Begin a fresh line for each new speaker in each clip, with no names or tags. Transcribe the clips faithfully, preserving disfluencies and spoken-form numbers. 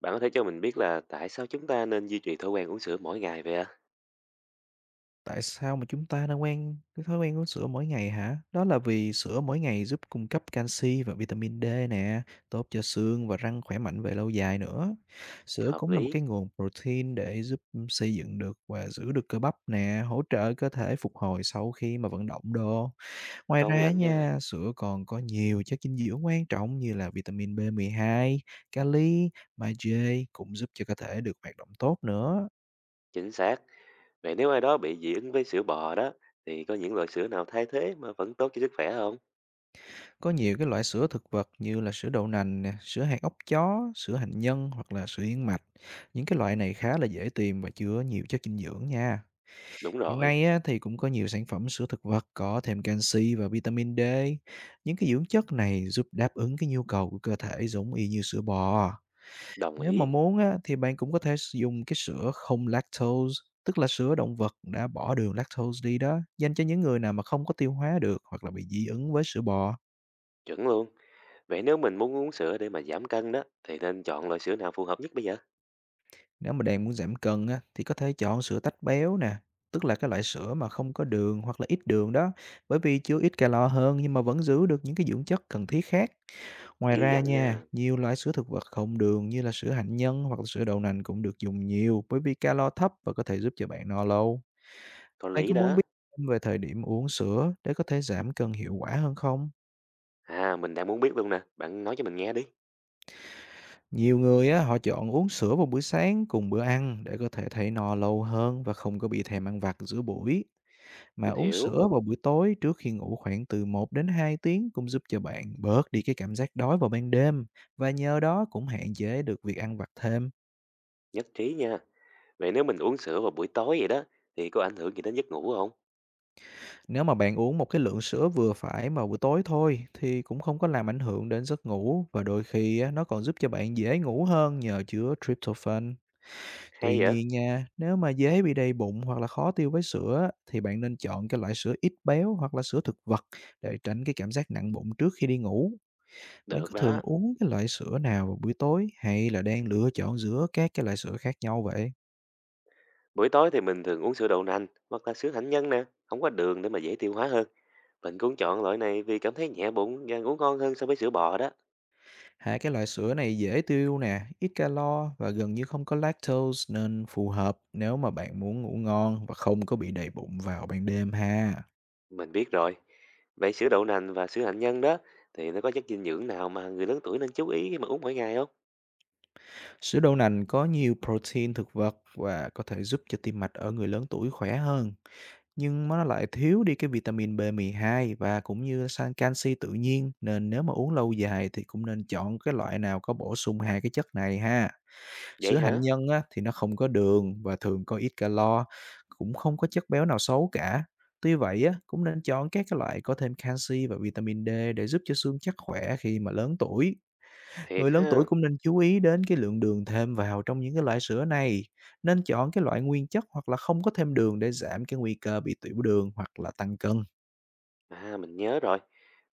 Bạn có thể cho mình biết là tại sao chúng ta nên duy trì thói quen uống sữa mỗi ngày vậy ạ?
Tại sao mà chúng ta nên quen cái thói quen uống sữa mỗi ngày hả? Đó là vì sữa mỗi ngày giúp cung cấp canxi và vitamin D nè, tốt cho xương và răng khỏe mạnh về lâu dài nữa. Sữa
Hợp
cũng là một
lý,
cái nguồn protein để giúp xây dựng được và giữ được cơ bắp nè, hỗ trợ cơ thể phục hồi sau khi mà vận động đồ. Ngoài
công
ra
nhận nha,
nha, sữa còn có nhiều chất dinh dưỡng quan trọng như là vitamin bê mười hai, kali, magie cũng giúp cho cơ thể được hoạt động tốt nữa.
chính xác. Vậy nếu ai đó bị dị ứng với sữa bò đó, thì có những loại sữa nào thay thế mà vẫn tốt cho sức khỏe không?
Có nhiều cái loại sữa thực vật như là sữa đậu nành nè, sữa hạt óc chó, sữa hạnh nhân hoặc là sữa yến mạch. Những cái loại này khá là dễ tìm và chứa nhiều chất dinh dưỡng nha.
Đúng
Hiện
rồi,
nay á, thì cũng có nhiều sản phẩm sữa thực vật có thêm canxi và vitamin D. Những cái dưỡng chất này giúp đáp ứng cái nhu cầu của cơ thể giống y như sữa bò.
đồng
Nếu mà
ý,
muốn á, thì bạn cũng có thể sử dụng cái sữa không lactose, tức là sữa động vật đã bỏ đường lactose đi đó, dành cho những người nào mà không có tiêu hóa được hoặc là bị dị ứng với sữa bò.
chuẩn luôn. Vậy nếu mình muốn uống sữa để mà giảm cân đó, thì nên chọn loại sữa nào phù hợp nhất bây giờ?
Nếu mà đang muốn giảm cân á, thì có thể chọn sữa tách béo nè, tức là cái loại sữa mà không có đường hoặc là ít đường đó, bởi vì chứa ít calo hơn nhưng mà vẫn giữ được những cái dưỡng chất cần thiết khác. Ngoài
Ghi
ra
nhận
nha,
nha,
nhiều loại sữa thực vật không đường như là sữa hạnh nhân hoặc là sữa đậu nành cũng được dùng nhiều bởi vì calo thấp và có thể giúp cho bạn no lâu.
có
Bạn
lý
có muốn
đó.
biết thêm về thời điểm uống sữa để có thể giảm cân hiệu quả hơn không?
À, mình đang muốn biết luôn nè, bạn nói cho mình nghe đi.
Nhiều người á, họ chọn uống sữa vào buổi sáng cùng bữa ăn để có thể thấy no lâu hơn và không có bị thèm ăn vặt giữa buổi. Mà
Mình
uống
hiểu,
sữa vào buổi tối trước khi ngủ khoảng từ một đến hai tiếng cũng giúp cho bạn bớt đi cái cảm giác đói vào ban đêm và nhờ đó cũng hạn chế được việc ăn vặt thêm.
nhất trí nha. Vậy nếu mình uống sữa vào buổi tối vậy đó, thì có ảnh hưởng gì đến giấc ngủ không?
Nếu mà bạn uống một cái lượng sữa vừa phải vào buổi tối thôi thì cũng không có làm ảnh hưởng đến giấc ngủ và đôi khi á, nó còn giúp cho bạn dễ ngủ hơn nhờ chứa tryptophan.
Hay
Tuy
vậy?
nhiên nha, nếu mà dễ bị đầy bụng hoặc là khó tiêu với sữa á, thì bạn nên chọn cái loại sữa ít béo hoặc là sữa thực vật để tránh cái cảm giác nặng bụng trước khi đi ngủ. Bạn
Được
có thường
đó.
uống cái loại sữa nào vào buổi tối hay là đang lựa chọn giữa các cái loại sữa khác nhau vậy?
Buổi tối thì mình thường uống sữa đậu nành hoặc là sữa hạnh nhân nè, không có đường để mà dễ tiêu hóa hơn. Mình cũng chọn loại này vì cảm thấy nhẹ bụng và ngủ ngon hơn so với sữa bò đó.
Hai cái loại sữa này dễ tiêu nè, ít calo và gần như không có lactose nên phù hợp nếu mà bạn muốn ngủ ngon và không có bị đầy bụng vào ban đêm ha.
Mình biết rồi. Vậy sữa đậu nành và sữa hạnh nhân đó thì nó có chất dinh dưỡng nào mà người lớn tuổi nên chú ý khi mà uống mỗi ngày không?
Sữa đậu nành có nhiều protein thực vật và có thể giúp cho tim mạch ở người lớn tuổi khỏe hơn, nhưng mà nó lại thiếu đi cái vitamin bê mười hai và cũng như san canxi tự nhiên nên nếu mà uống lâu dài thì cũng nên chọn cái loại nào có bổ sung hai cái chất này ha.
Vậy
Sữa hạnh
hả?
nhân á, thì nó không có đường và thường có ít calo, cũng không có chất béo nào xấu cả. Tuy vậy á, cũng nên chọn các cái loại có thêm canxi và vitamin D để giúp cho xương chắc khỏe khi mà lớn tuổi.
Thiệt
Người lớn tuổi
ha.
cũng nên chú ý đến cái lượng đường thêm vào trong những cái loại sữa này. Nên chọn cái loại nguyên chất hoặc là không có thêm đường để giảm cái nguy cơ bị tiểu đường hoặc là tăng cân.
À mình nhớ rồi.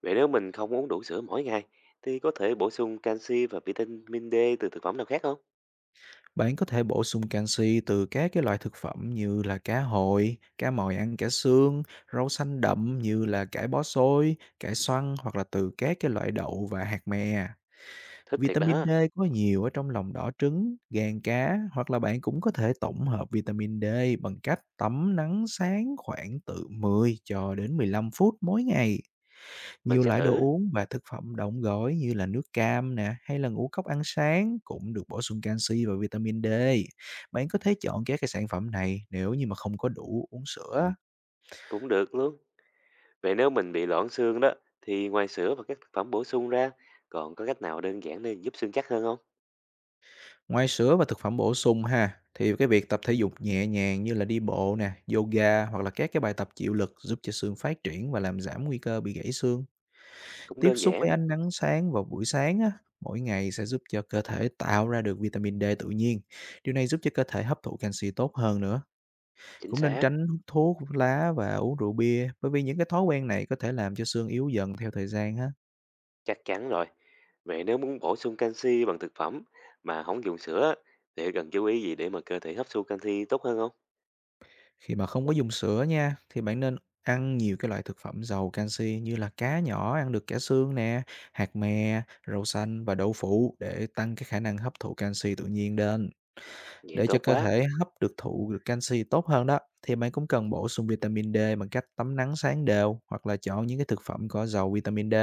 Vậy nếu mình không uống đủ sữa mỗi ngày thì có thể bổ sung canxi và vitamin D từ thực phẩm nào khác không?
Bạn có thể bổ sung canxi từ các cái loại thực phẩm như là cá hồi, cá mòi ăn cả xương, rau xanh đậm như là cải bó xôi, cải xoăn hoặc là từ các cái loại đậu và hạt mè.
Thích thiệt
Vitamin
đó.
D có nhiều ở trong lòng đỏ trứng, gan cá hoặc là bạn cũng có thể tổng hợp vitamin D bằng cách tắm nắng sáng khoảng từ mười cho đến mười lăm phút mỗi ngày.
Mình
Nhiều
sẽ
loại đồ
thử.
uống và thực phẩm đóng gói như là nước cam nè hay là ngũ cốc ăn sáng cũng được bổ sung canxi và vitamin D. Bạn có thể chọn các cái sản phẩm này nếu như mà không có đủ uống sữa.
Cũng được luôn. Vậy nếu mình bị loãng xương đó, thì ngoài sữa và các thực phẩm bổ sung ra, còn có cách nào đơn giản để giúp xương chắc hơn không?
Ngoài sữa và thực phẩm bổ sung ha, thì cái việc tập thể dục nhẹ nhàng như là đi bộ nè, yoga hoặc là các cái bài tập chịu lực giúp cho xương phát triển và làm giảm nguy cơ bị gãy xương.
Cũng
Tiếp
đơn
xúc với
giản,
ánh nắng sáng vào buổi sáng á, mỗi ngày sẽ giúp cho cơ thể tạo ra được vitamin D tự nhiên. Điều này giúp cho cơ thể hấp thụ canxi tốt hơn nữa.
chính
Cũng nên
xác,
tránh hút thuốc, hút lá và uống rượu bia, bởi vì những cái thói quen này có thể làm cho xương yếu dần theo thời gian á.
chắc chắn rồi. Vậy nếu muốn bổ sung canxi bằng thực phẩm mà không dùng sữa, thì cần chú ý gì để mà cơ thể hấp thu canxi tốt hơn không?
Khi mà không có dùng sữa nha, thì bạn nên ăn nhiều cái loại thực phẩm giàu canxi như là cá nhỏ ăn được cả xương nè, hạt mè, rau xanh và đậu phụ để tăng cái khả năng hấp thụ canxi tự nhiên lên.
Vậy
Để cho
tốt
cơ
quá,
thể hấp được thụ được canxi tốt hơn đó, thì bạn cũng cần bổ sung vitamin D bằng cách tắm nắng sáng đều hoặc là chọn những cái thực phẩm có giàu vitamin D.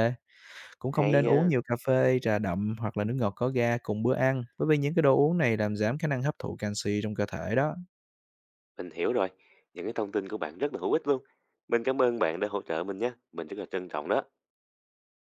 Cũng không
hay
nên uống
nha.
nhiều cà phê, trà đậm hoặc là nước ngọt có ga cùng bữa ăn, bởi vì những cái đồ uống này làm giảm khả năng hấp thụ canxi trong cơ thể đó.
Mình hiểu rồi, những cái thông tin của bạn rất là hữu ích luôn. Mình cảm ơn bạn đã hỗ trợ mình nha, mình rất là trân trọng đó.